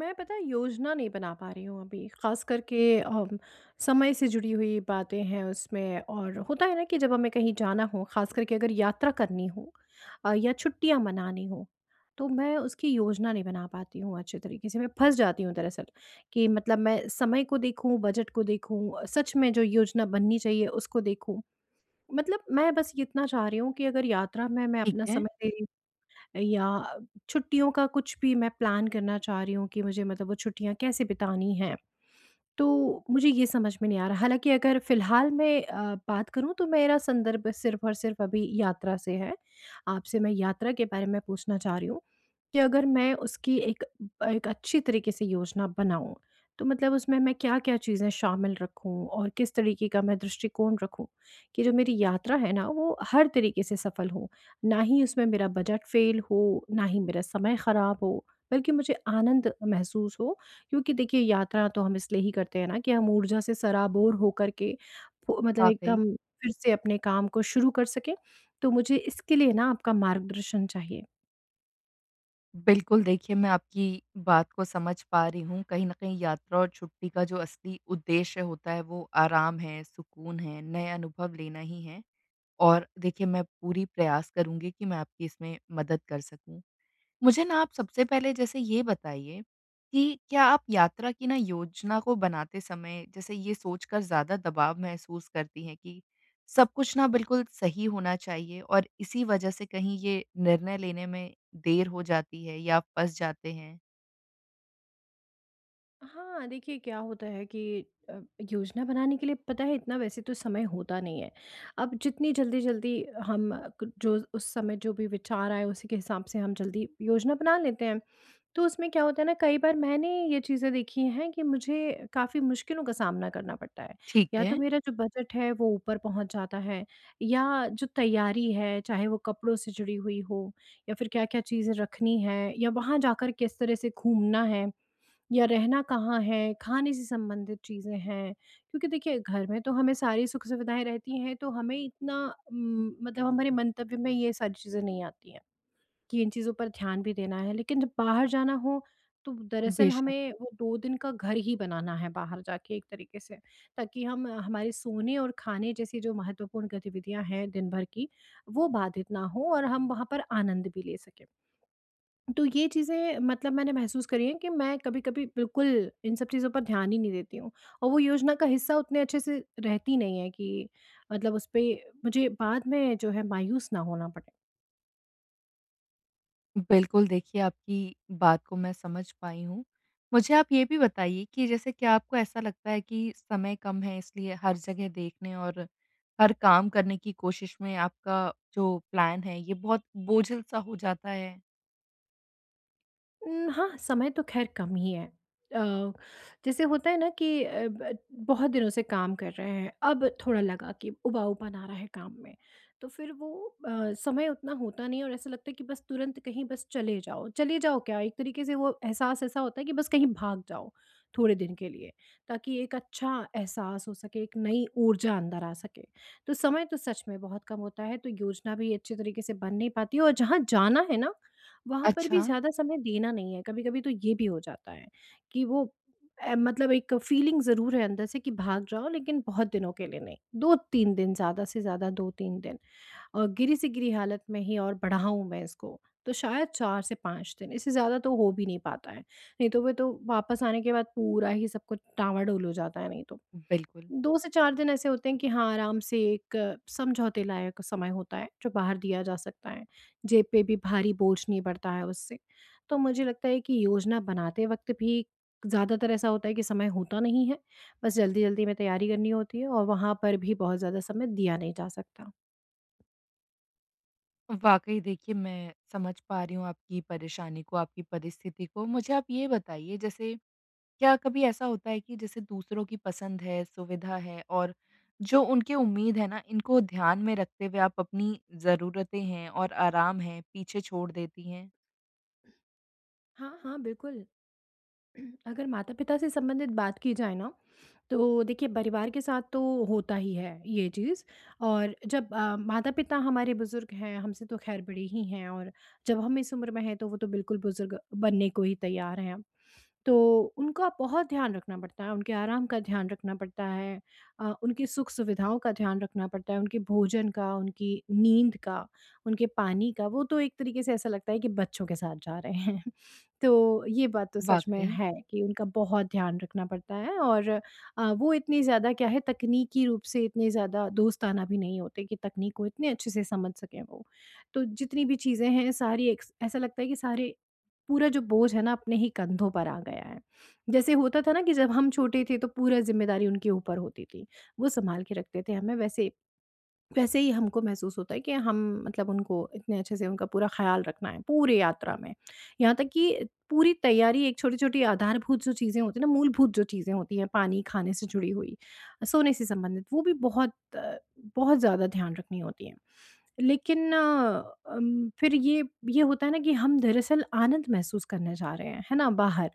मैं, पता है, योजना नहीं बना पा रही हूँ अभी, खास करके समय से जुड़ी हुई बातें हैं। उसमें और होता है ना कि जब हमें कहीं जाना हो, खास करके अगर यात्रा करनी हो या छुट्टियाँ मनानी हो, तो मैं उसकी योजना नहीं बना पाती हूँ अच्छे तरीके से। मैं फंस जाती हूँ दरअसल कि, मतलब, मैं समय को देखूँ, बजट को देखूँ, सच में जो योजना बननी चाहिए उसको देखूँ। मतलब मैं बस ये इतना चाह रही हूँ कि अगर यात्रा में मैं ठीक अपना है, समय दे रही, या छुट्टियों का कुछ भी मैं प्लान करना चाह रही हूँ, कि मुझे, मतलब, वो छुट्टियाँ कैसे बितानी हैं। तो मुझे ये समझ में नहीं आ रहा। हालाँकि अगर फ़िलहाल मैं बात करूँ, तो मेरा संदर्भ सिर्फ़ और सिर्फ़ अभी यात्रा से है। आपसे मैं यात्रा के बारे में पूछना चाह रही हूँ कि अगर मैं उसकी एक एक अच्छी तरीके से योजना बनाऊँ, तो मतलब उसमें मैं क्या-क्या चीज़ें शामिल रखूँ और किस तरीके का मैं दृष्टिकोण रखूँ, कि जो मेरी यात्रा है ना, वो हर तरीके से सफल हो। ना ही उसमें मेरा बजट फ़ेल हो, ना ही मेरा समय ख़राब हो, बल्कि मुझे आनंद महसूस हो, क्योंकि देखिए, यात्रा तो हम इसलिए ही करते हैं ना कि हम ऊर्जा से सराबोर होकर के फु मतलब वाक़ई। एकदम फिर से अपने काम को शुरू कर सकें। तो मुझे इसके लिए ना आपका मार्गदर्शन चाहिए। बिल्कुल, देखिए मैं आपकी बात को समझ पा रही हूँ। कहीं न कहीं यात्रा और छुट्टी का जो असली उद्देश्य होता है वो आराम है, सुकून है, नए अनुभव लेना ही है। और देखिए मैं पूरी प्रयास करूँगी कि मैं आपकी इसमें मदद कर सकूँ। मुझे ना आप सबसे पहले जैसे ये बताइए कि क्या आप यात्रा की ना योजना को बनाते समय जैसे ये सोचकर ज़्यादा दबाव महसूस करती हैं कि सब कुछ ना बिल्कुल सही होना चाहिए और इसी वजह से कहीं ये निर्णय लेने में देर हो जाती है या आप फँस जाते हैं? हाँ, देखिए क्या होता है कि योजना बनाने के लिए, पता है, इतना वैसे तो समय होता नहीं है। अब जितनी जल्दी-जल्दी हम क जो उस समय जो भी विचार आए उसी के हिसाब से हम जल्दी योजना बना लेते हैं। तो उसमें क्या होता है ना, कई बार मैंने ये चीज़ें देखी हैं कि मुझे काफ़ी मुश्किलों का सामना करना पड़ता है। ठीक या है, तो मेरा जो बजट है वो ऊपर पहुँच जाता है, या जो तैयारी है, चाहे वो कपड़ों से जुड़ी हुई हो, या फिर क्या-क्या चीज़ें रखनी है, या वहाँ जाकर किस तरह से घूमना है, या रहना कहाँ है, खाने से संबंधित चीज़ें हैं। क्योंकि देखिए, घर में तो हमें सारी सुख-सुविधाएँ रहती हैं, तो हमें इतना मतलब हमारे मंतव्य में ये सारी चीज़ें नहीं आती हैं कि इन चीज़ों पर ध्यान भी देना है, लेकिन जब बाहर जाना हो, तो दरअसल बेशक। हमें वो 2 दिन का घर ही बनाना है बाहर जाके एक तरीके से, ताकि हम हमारे सोने और खाने जैसी जो महत्वपूर्ण गतिविधियाँ हैं दिन भर की, वो बाधित ना हो और हम वहाँ पर आनंद भी ले सकें। तो ये चीज़ें, मतलब, मैंने महसूस करी हैं कि मैं कभी-कभी बिल्कुल इन सब चीज़ों पर ध्यान ही नहीं देती हूँ और वो योजना का हिस्सा उतने अच्छे से रहती नहीं है कि, मतलब, उस पे मुझे बाद में जो है मायूस ना होना पड़े। बिल्कुल, देखिए आपकी बात को मैं समझ पाई हूँ। मुझे आप ये भी बताइए कि जैसे क्या आपको ऐसा लगता है कि समय कम है इसलिए हर जगह देखने और हर काम करने की कोशिश में आपका जो प्लान है ये बहुत बोझिल-सा हो जाता है? हाँ, समय तो ख़ैर कम ही है। जैसे होता है ना कि अ, ब बहुत दिनों से काम कर रहे हैं, अब थोड़ा लगा कि उबाऊपन आ रहा है काम में, तो फिर वो समय उतना होता नहीं है और ऐसा लगता है कि बस तुरंत कहीं बस चले जाओ। चले जाओ क्या, एक तरीके से वो एहसास ऐसा होता है कि बस कहीं भाग जाओ थोड़े दिन के लिए, ताकि एक अच्छा एहसास हो सके, एक नई ऊर्जा अंदर आ सके। तो समय तो सच में बहुत कम होता है, तो योजना भी अच्छे तरीके से बन नहीं पाती है और जहाँ जाना है ना, वहाँ पर भी अच्छा, ज़्यादा समय देना नहीं है। कभी-कभी तो ये भी हो जाता है कि वो, मतलब, एक फीलिंग ज़रूर है अंदर से कि भाग जाओ, लेकिन बहुत दिनों के लिए नहीं। 2-3 दिन, ज़्यादा से ज़्यादा 2-3 दिन, और गिरी से गिरी हालत में ही और बढ़ाऊँ मैं इसको, तो शायद 4 से 5 दिन, इससे ज़्यादा तो हो भी नहीं पाता है। नहीं तो वो तो वापस आने के बाद पूरा ही सब कुछ टामाडोल हो जाता है, नहीं तो। बिल्कुल। 2 से 4 दिन ऐसे होते हैं कि हाँ, आराम से एक समझौते लायक समय होता है, जो बाहर दिया जा सकता है। जेब पे भी भारी बोझ नहीं पड़ता है उससे। तो मुझे लगता है कि योजना बनाते वक़्त भी ज़्यादातर ऐसा होता है कि समय होता नहीं है, बस जल्दी-जल्दी में तैयारी करनी होती है और वहाँ पर भी बहुत ज़्यादा समय दिया नहीं जा सकता। वाक़ई देखिए मैं समझ पा रही हूँ आपकी परेशानी को, आपकी परिस्थिति को। मुझे आप ये बताइए जैसे क्या कभी ऐसा होता है कि जैसे दूसरों की पसंद है, सुविधा है और जो उनकी उम्मीद है ना, इनको ध्यान में रखते हुए आप अपनी ज़रूरतें हैं और आराम है, पीछे छोड़ देती हैं? हाँ, हाँ, बिल्कुल। अगर माता-पिता से संबंधित बात की जाए ना, तो देखिए, परिवार के साथ तो होता ही है ये चीज़, और जब माता-पिता हमारे बुज़ुर्ग हैं, हमसे तो ख़ैर बड़े ही हैं, और जब हम इस उम्र में हैं, तो वो तो बिल्कुल बुज़ुर्ग बनने को ही तैयार हैं। तो उनका बहुत ध्यान रखना पड़ता है, उनके आराम का ध्यान रखना पड़ता है, उनकी सुख-सुविधाओं का ध्यान रखना पड़ता है, उनके भोजन का, उनकी नींद का, उनके पानी का। वो तो एक तरीके से ऐसा लगता है कि बच्चों के साथ जा रहे हैं। तो ये बात तो सच में वाक़ई। है कि उनका बहुत ध्यान रखना पड़ता है, और वो इतनी ज़्यादा, क्या है, तकनीकी रूप से इतने ज़्यादा दोस्ताना भी नहीं होते कि तकनीक को इतने अच्छे से समझ सकें वो। तो जितनी भी चीज़ें हैं सारी, एक ऐसा लगता है कि सारे, पूरा जो बोझ है ना, अपने ही कंधों पर आ गया है। जैसे होता था ना कि जब हम छोटे थे तो पूरा ज़िम्मेदारी उनके ऊपर होती थी। वो सँभाल के रखते थे हमें, वैसे वैसे ही हमको महसूस होता है कि हम, मतलब, उनको इतने अच्छे से, उनका पूरा ख्याल रखना है पूरी यात्रा में। यहाँ तक कि पूरी तैयारी, एक छोटी-छोटी आधारभूत जो चीज़ें होती हैं ना, मूलभूत जो चीज़ें होती हैं, पानी, खाने से जुड़ी हुई, सोने से संबंधित, वो भी बहुत बहुत ज़्यादा ध्यान रखनी होती हैं। लेकिन अम, फिर ये, होता है ना कि हम दरअसल आनंद महसूस करने जा रहे हैं, है ना, बाहर।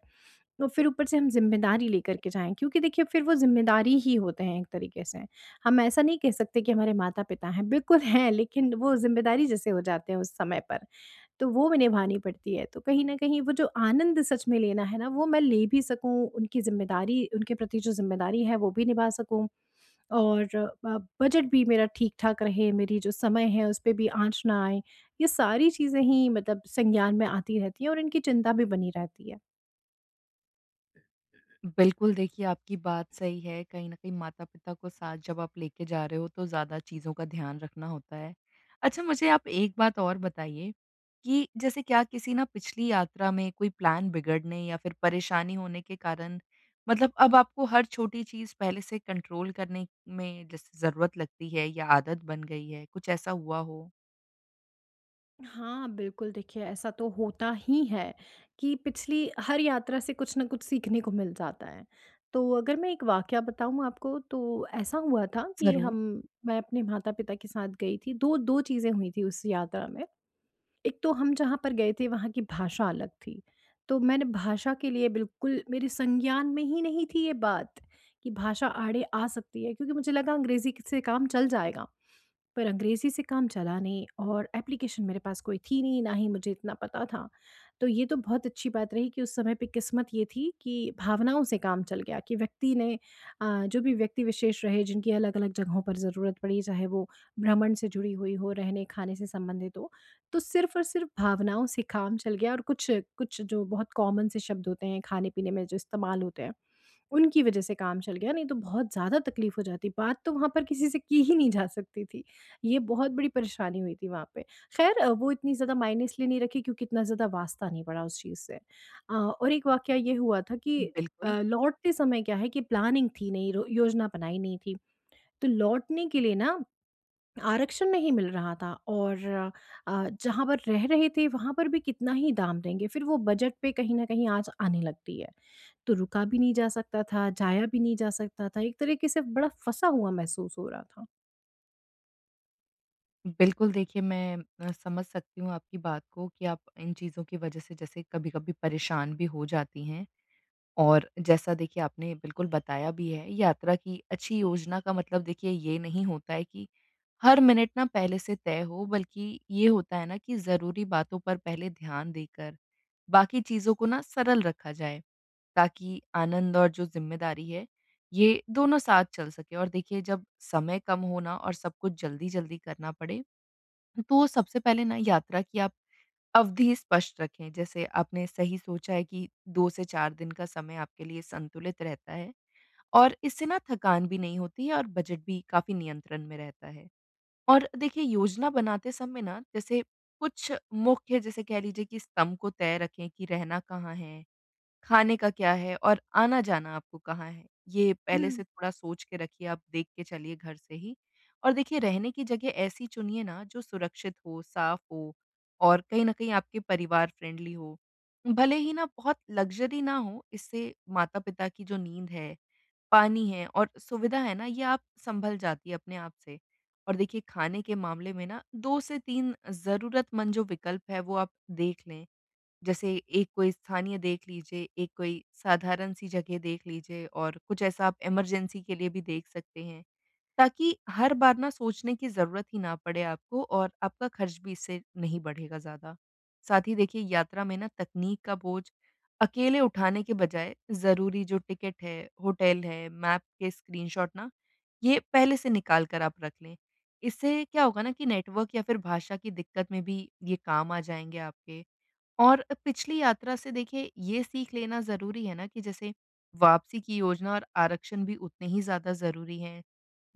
तो फिर ऊपर से हम ज़िम्मेदारी लेकर के जाएँ, क्योंकि देखिए, फिर वो ज़िम्मेदारी ही होते हैं एक तरीके से। हम ऐसा नहीं कह सकते कि हमारे माता-पिता हैं, बिल्कुल हैं, लेकिन वो ज़िम्मेदारी जैसे हो जाते हैं उस समय पर, तो वो भी निभानी पड़ती है। तो कहीं न कहीं वो जो आनंद सच में लेना है ना, वो मैं ले भी सकूँ, उनकी ज़िम्मेदारी, उनके प्रति जो ज़िम्मेदारी है वो भी निभा सकूँ, और बजट भी मेरा ठीक-ठाक रहे, मेरी जो समय है उस पे भी आँच ना आए। ये सारी चीज़ें ही, मतलब, संज्ञान में आती रहती हैं और इनकी चिंता भी बनी रहती है। बिल्कुल, देखिए आपकी बात सही है। कहीं न कहीं माता-पिता को साथ जब आप लेके जा रहे हो, तो ज़्यादा चीज़ों का ध्यान रखना होता है। अच्छा, मुझे आप एक बात और बताइए कि जैसे क्या किसी ना पिछली यात्रा में कोई प्लान बिगड़ने या फिर परेशानी होने के कारण, मतलब अब आपको हर छोटी चीज़ पहले से कंट्रोल करने में जैसे ज़रूरत लगती है या आदत बन गई है, कुछ ऐसा हुआ हो? हाँ, बिल्कुल, देखिए ऐसा तो होता ही है कि पिछली हर यात्रा से कुछ न कुछ सीखने को मिल जाता है। तो अगर मैं एक वाक़या बताऊँ आपको, तो ऐसा हुआ था कि ज़रूर। हम मैं अपने माता-पिता के साथ गई थी। 2 2 चीज़ें हुई थी उस यात्रा में। एक तो हम जहाँ पर गए थे वहाँ की भाषा अलग थी। तो मैंने भाषा के लिए बिल्कुल, मेरे संज्ञान में ही नहीं थी ये बात कि भाषा आड़े आ सकती है, क्योंकि मुझे लगा अंग्रेज़ी क से काम चल जाएगा। पर अंग्रेज़ी से काम चला नहीं और एप्लीकेशन मेरे पास कोई थी नहीं, ना ही मुझे इतना पता था। तो ये तो बहुत अच्छी बात रही कि उस समय पे किस्मत ये थी कि भावनाओं से काम चल गया, कि व्यक्ति ने, जो भी व्यक्ति विशेष रहे, जिनकी अलग-अलग जगहों पर ज़रूरत पड़ी, चाहे वो भ्रमण से जुड़ी हुई हो, रहने-खाने से संबंधित हो, तो सिर्फ़ और सिर्फ़ भावनाओं से काम चल गया, और कुछ कुछ जो बहुत कॉमन से शब्द होते हैं खाने-पीने में जो इस्तेमाल होते हैं, उनकी वज़ह से काम चल गया, नहीं तो बहुत ज़्यादा तकलीफ़ हो जाती। बात तो वहाँ पर किसी से की ही नहीं जा सकती थी। ये बहुत बड़ी परेशानी हुई थी वहाँ पे। ख़ैर, वो इतनी ज़्यादा मायने इसलिए नहीं रखी क्योंकि इतना ज़्यादा वास्ता नहीं पड़ा उस चीज़ से। और एक वाक़या ये हुआ था कि बिल्कुल। लौटते समय क्या है कि प्लानिंग थी नहीं, रो योजना बनाई नहीं थी। तो लौटने के लिए ना आरक्षण नहीं मिल रहा था, और जहाँ पर रह रहे थे वहाँ पर भी कितना ही दाम देंगे, फिर वो बजट पे कहीं न कहीं आँच आने लगती है। तो रुका भी नहीं जा सकता था, जाया भी नहीं जा सकता था, एक तरीके से बड़ा फँसा हुआ महसूस हो रहा था। बिल्कुल, देखिए मैं समझ सकती हूँ आपकी बात को कि आप इन चीज़ों की वजह से जैसे कभी-कभी परेशान भी हो जाती हैं। और जैसा देखिए आपने बिल्कुल बताया भी है, यात्रा की अच्छी योजना का मतलब, देखिए, ये नहीं होता है कि हर मिनट ना पहले से तय हो, बल्कि ये होता है ना कि ज़रूरी बातों पर पहले ध्यान देकर बाकी चीज़ों को ना सरल रखा जाए, ताकि आनंद और जो ज़िम्मेदारी है, ये दोनों साथ चल सके। और देखिए, जब समय कम हो ना और सब कुछ जल्दी-जल्दी करना पड़े, तो सबसे पहले ना यात्रा की आप अवधि स्पष्ट रखें। जैसे आपने सही सोचा है कि 2 से 4 दिन का समय आपके लिए संतुलित रहता है और इससे ना थकान भी नहीं होती है और बजट भी काफ़ी नियंत्रण में रहता है। और देखिए, योजना बनाते समय ना, जैसे कुछ मुख्य, जैसे कह लीजिए कि स्तंभ को तय रखें कि रहना कहाँ है, खाने का क्या है और आना-जाना आपको कहाँ है? ये पहले हुँ। से थोड़ा सोच के रखिए, आप देख के चलिए घर से ही। और देखिए, रहने की जगह ऐसी चुनिए ना जो सुरक्षित हो, साफ हो और कहीं न कहीं आपके परिवार फ्रेंडली हो। भले ही ना बहुत लग्ज़री ना हो, इससे माता-पिता की जो नींद है, पानी है और सुविधा है ना, ये आप सँभल जाती है अपने आप से। और देखिए, खाने के मामले में ना 2 से 3 ज़रूरतमंद जो विकल्प है वो आप देख लें। जैसे एक कोई स्थानीय देख लीजिए, एक कोई साधारण सी जगह देख लीजिए और कुछ ऐसा आप इमरजेंसी के लिए भी देख सकते हैं, ताकि हर बार ना सोचने की ज़रूरत ही ना पड़े आपको और आपका खर्च भी इससे नहीं बढ़ेगा ज़्यादा। साथ ही देखिए, यात्रा में ना तकनीक का बोझ अकेले उठाने के बजाय ज़रूरी जो टिकट है, होटल है, मैप के स्क्रीनशॉट ना, ये पहले से निकाल कर आप रख लें। इससे क्या होगा ना कि नेटवर्क या फिर भाषा की दिक्कत में भी ये काम आ जाएँगे आपके। और पिछली यात्रा से देखिए ये सीख लेना ज़रूरी है ना कि जैसे वापसी की योजना और आरक्षण भी उतने ही ज़्यादा ज़रूरी हैं,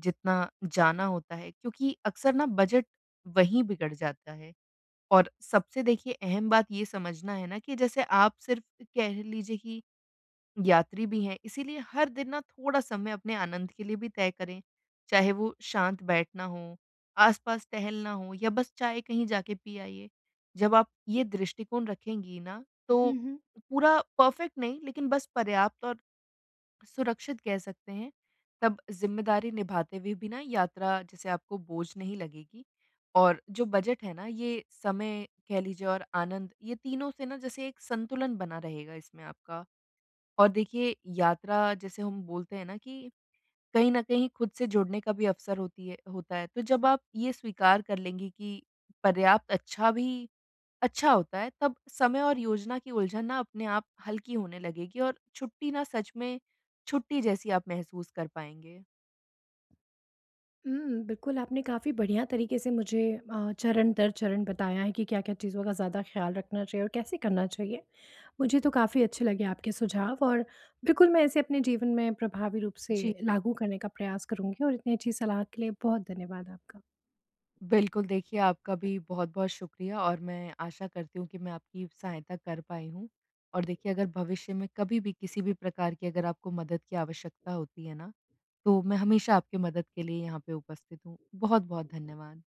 जितना जाना होता है, क्योंकि अक्सर ना बजट वहीं बिगड़ जाता है। और सबसे देखिए अहम बात ये समझना है ना कि जैसे आप सिर्फ, कह लीजिए कि, यात्री भी हैं, इसीलिए हर दिन ना थोड़ा समय अपने आनंद के लिए भी तय करें, चाहे वो शांत बैठना हो, आसपास टहलना हो या बस चाय कहीं जाके पी आइए। जब आप ये दृष्टिकोण रखेंगी ना, हुँ, तो हुँ। पूरा परफेक्ट नहीं, लेकिन बस पर्याप्त और सुरक्षित कह सकते हैं, तब ज़िम्मेदारी निभाते हुए भी ना यात्रा जैसे आपको बोझ नहीं लगेगी और जो बजट है ना, ये समय, कह लीजिए, और आनंद, ये तीनों से ना जैसे एक संतुलन बना रहेगा इसमें आपका। और देखिए, यात्रा, जैसे हम बोलते हैं ना कि कहीं न कहीं खुद से जुड़ने का भी अवसर होती है, होता है। तो जब आप ये स्वीकार कर लेंगी कि पर्याप्त अच्छा भी अच्छा होता है, तब समय और योजना की उलझन ना अपने आप हल्की होने लगेगी और छुट्टी ना सच में छुट्टी जैसी आप महसूस कर पाएँगे। हुँ, बिल्कुल आपने काफ़ी बढ़िया तरीके से मुझे चरण दर चरण बताया है कि क्या-क्या चीज़ों का ज़्यादा ख़्याल रखना चाहिए और कैसे करना चाहिए। मुझे तो काफ़ी अच्छे लगे आपके सुझाव, और बिल्कुल मैं इसे अपने जीवन में प्रभावी रूप से जी। लागू करने का प्रयास करूँगी, और इतनी अच्छी सलाह के लिए बहुत धन्यवाद आपका। बिल्कुल, देखिए आपका भी बहुत-बहुत शुक्रिया और मैं आशा करती हूँ कि मैं आपकी सहायता कर पाई हूँ। और देखिए, अगर भविष्य में कभी भी किसी भी प्रकार की अगर आपको मदद की आवश्यकता होती है ना, तो मैं हमेशा आपकी मदद के लिए यहाँ पे उपस्थित हूँ। बहुत-बहुत धन्यवाद।